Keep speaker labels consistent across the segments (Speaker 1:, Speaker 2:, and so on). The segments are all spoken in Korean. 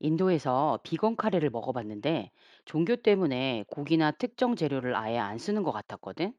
Speaker 1: 인도에서 비건 카레를 먹어봤는데 종교 때문에 고기나 특정 재료를 아예 안 쓰는 것 같았거든?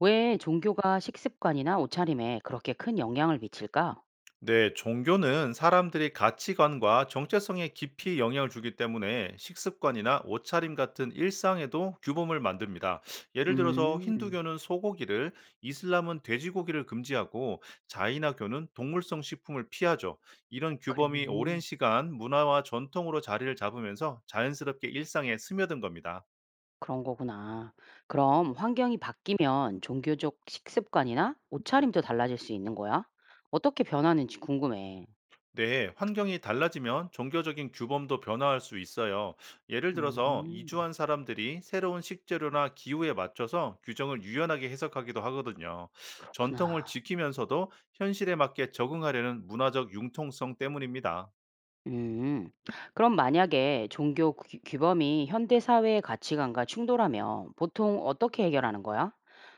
Speaker 1: 왜 종교가 식습관이나 옷차림에 그렇게 큰 영향을 미칠까?
Speaker 2: 네, 종교는 사람들이 가치관과 정체성에 깊이 영향을 주기 때문에 식습관이나 옷차림 같은 일상에도 규범을 만듭니다. 예를 들어서
Speaker 1: 음,
Speaker 2: 힌두교는 소고기를, 이슬람은 돼지고기를 금지하고 자이나교는 동물성 식품을 피하죠. 이런
Speaker 1: 그래.
Speaker 2: 규범이 오랜 시간 문화와 전통으로 자리를 잡으면서 자연스럽게 일상에 스며든 겁니다.
Speaker 1: 그런 거구나. 그럼 환경이 바뀌면 종교적 식습관이나 옷차림도 달라질 수 있는 거야? 어떻게 변하는지 궁금해.
Speaker 2: 네, 환경이 달라지면 종교적인 규범도 변화할 수 있어요. 예를 들어서
Speaker 1: 음,
Speaker 2: 이주한 사람들이 새로운 식재료나 기후에 맞춰서 규정을 유연하게 해석하기도 하거든요. 전통을
Speaker 1: 그렇구나.
Speaker 2: 지키면서도 현실에 맞게 적응하려는 문화적 융통성 때문입니다.
Speaker 1: 음. 그럼 만약에 종교 규범이 현대 사회의 가치관과 충돌하면 보통 어떻게 해결하는 거야?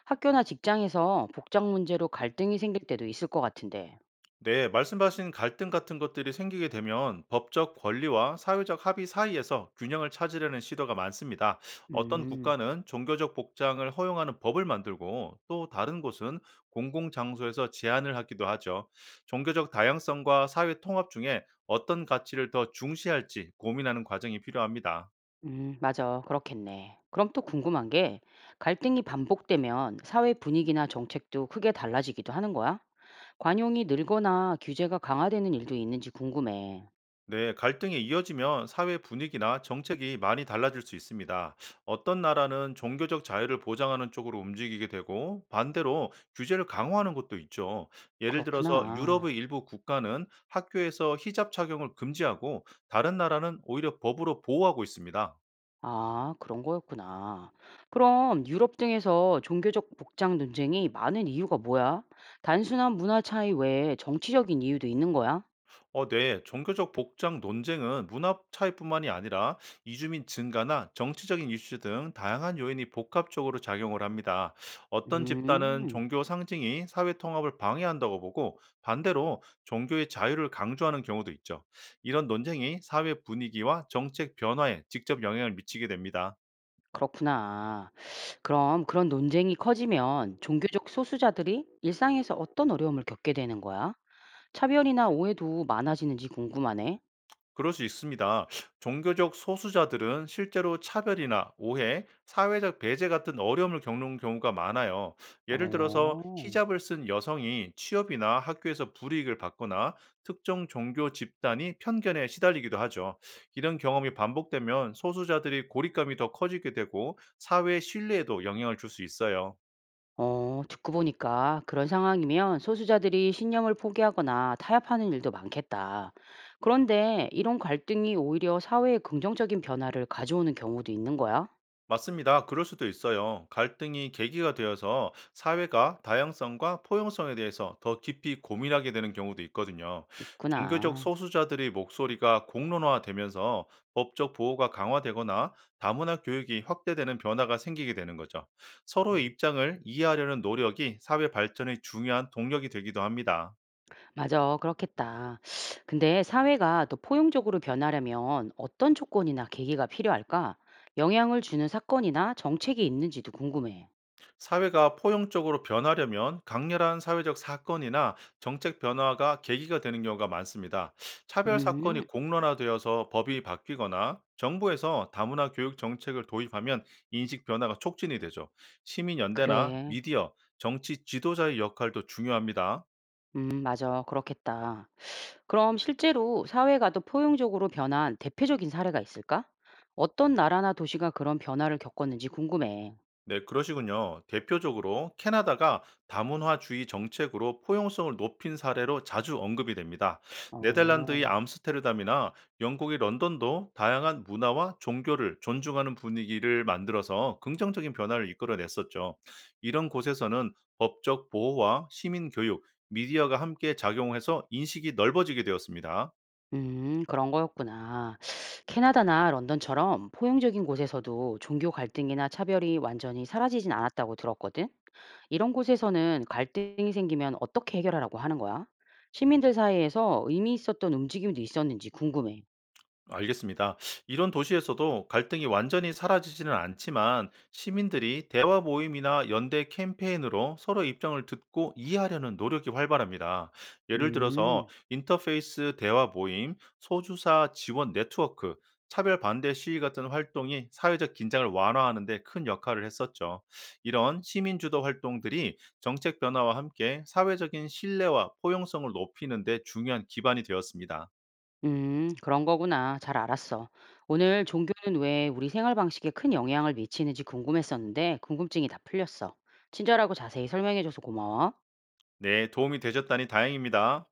Speaker 1: 학교나 직장에서 복장 문제로 갈등이 생길 때도 있을 것 같은데.
Speaker 2: 네, 말씀하신 갈등 같은 것들이 생기게 되면 법적 권리와 사회적 합의 사이에서 균형을 찾으려는 시도가 많습니다. 어떤
Speaker 1: 음,
Speaker 2: 국가는 종교적 복장을 허용하는 법을 만들고 또 다른 곳은 공공장소에서 제한을 하기도 하죠. 종교적 다양성과 사회 통합 중에 어떤 가치를 더 중시할지 고민하는 과정이 필요합니다.
Speaker 1: 맞아. 그렇겠네. 그럼 또 궁금한 게 갈등이 반복되면 사회 분위기나 정책도 크게 달라지기도 하는 거야? 관용이 늘거나 규제가 강화되는 일도 있는지 궁금해.
Speaker 2: 네, 갈등이 이어지면 사회 분위기나 정책이 많이 달라질 수 있습니다. 어떤 나라는 종교적 자유를 보장하는 쪽으로 움직이게 되고 반대로 규제를 강화하는 것도 있죠. 예를 들어서
Speaker 1: 그렇구나.
Speaker 2: 유럽의 일부 국가는 학교에서 히잡 착용을 금지하고 다른 나라는 오히려 법으로 보호하고 있습니다.
Speaker 1: 아, 그런 거였구나. 그럼 유럽 등에서 종교적 복장 논쟁이 많은 이유가 뭐야? 단순한 문화 차이 외에 정치적인 이유도 있는 거야?
Speaker 2: 어, 네. 종교적 복장 논쟁은 문화 차이뿐만이 아니라 이주민 증가나 정치적인 이슈 등 다양한 요인이 복합적으로 작용을 합니다. 어떤 집단은
Speaker 1: 음,
Speaker 2: 종교 상징이 사회 통합을 방해한다고 보고 반대로 종교의 자유를 강조하는 경우도 있죠. 이런 논쟁이 사회 분위기와 정책 변화에 직접 영향을 미치게 됩니다.
Speaker 1: 그렇구나. 그럼 그런 논쟁이 커지면 종교적 소수자들이 일상에서 어떤 어려움을 겪게 되는 거야? 차별이나 오해도 많아지는지 궁금하네.
Speaker 2: 그럴 수 있습니다. 종교적 소수자들은 실제로 차별이나 오해, 사회적 배제 같은 어려움을 겪는 경우가 많아요. 예를 들어서
Speaker 1: 어.
Speaker 2: 히잡을 쓴 여성이 취업이나 학교에서 불이익을 받거나 특정 종교 집단이 편견에 시달리기도 하죠. 이런 경험이 반복되면 소수자들이 고립감이 더 커지게 되고 사회 신뢰에도 영향을 줄 수 있어요.
Speaker 1: 어, 듣고 보니까 그런 상황이면 소수자들이 신념을 포기하거나 타협하는 일도 많겠다. 그런데 이런 갈등이 오히려 사회에 긍정적인 변화를 가져오는 경우도 있는 거야?
Speaker 2: 맞습니다. 그럴 수도 있어요. 갈등이 계기가 되어서 사회가 다양성과 포용성에 대해서 더 깊이 고민하게 되는 경우도 있거든요. 종교적
Speaker 1: 있구나.
Speaker 2: 소수자들의 목소리가 공론화되면서 법적 보호가 강화되거나 다문화 교육이 확대되는 변화가 생기게 되는 거죠.
Speaker 1: 음.
Speaker 2: 서로의 입장을 이해하려는 노력이 사회 발전의 중요한 동력이 되기도 합니다.
Speaker 1: 맞아, 그렇겠다. 근데 사회가 더 포용적으로 변하려면 어떤 조건이나 계기가 필요할까? 영향을 주는 사건이나 정책이 있는지도 궁금해.
Speaker 2: 사회가 포용적으로 변하려면 강렬한 사회적 사건이나 정책 변화가 계기가 되는 경우가 많습니다. 차별
Speaker 1: 음,
Speaker 2: 사건이 공론화되어서 법이 바뀌거나 정부에서 다문화 교육 정책을 도입하면 인식 변화가 촉진이 되죠. 시민연대나
Speaker 1: 그래.
Speaker 2: 미디어, 정치 지도자의 역할도 중요합니다.
Speaker 1: 맞아. 그렇겠다. 그럼 실제로 사회가 더 포용적으로 변한 대표적인 사례가 있을까? 어떤 나라나 도시가 그런 변화를 겪었는지 궁금해.
Speaker 2: 네, 그러시군요. 대표적으로 캐나다가 다문화주의 정책으로 포용성을 높인 사례로 자주 언급이 됩니다. 네덜란드의
Speaker 1: 어,
Speaker 2: 암스테르담이나 영국의 런던도 다양한 문화와 종교를 존중하는 분위기를 만들어서 긍정적인 변화를 이끌어냈었죠. 이런 곳에서는 법적 보호와 시민 교육, 미디어가 함께 작용해서 인식이 넓어지게 되었습니다.
Speaker 1: 그런 거였구나. 캐나다나 런던처럼 포용적인 곳에서도 종교 갈등이나 차별이 완전히 사라지진 않았다고 들었거든. 이런 곳에서는 갈등이 생기면 어떻게 해결하라고 하는 거야? 시민들 사이에서 의미 있었던 움직임도 있었는지 궁금해.
Speaker 2: 알겠습니다. 이런 도시에서도 갈등이 완전히 사라지지는 않지만 시민들이 대화 모임이나 연대 캠페인으로 서로 입장을 듣고 이해하려는 노력이 활발합니다. 예를 들어서
Speaker 1: 음.
Speaker 2: 인터페이스 대화 모임, 소주사 지원 네트워크, 차별 반대 시위 같은 활동이 사회적 긴장을 완화하는 데 큰 역할을 했었죠. 이런 시민 주도 활동들이 정책 변화와 함께 사회적인 신뢰와 포용성을 높이는 데 중요한 기반이 되었습니다.
Speaker 1: 그런 거구나. 잘 알았어. 오늘 종교는 왜 우리 생활 방식에 큰 영향을 미치는지 궁금했었는데, 궁금증이 다 풀렸어. 친절하고 자세히 설명해줘서 고마워.
Speaker 2: 네, 도움이 되셨다니 다행입니다.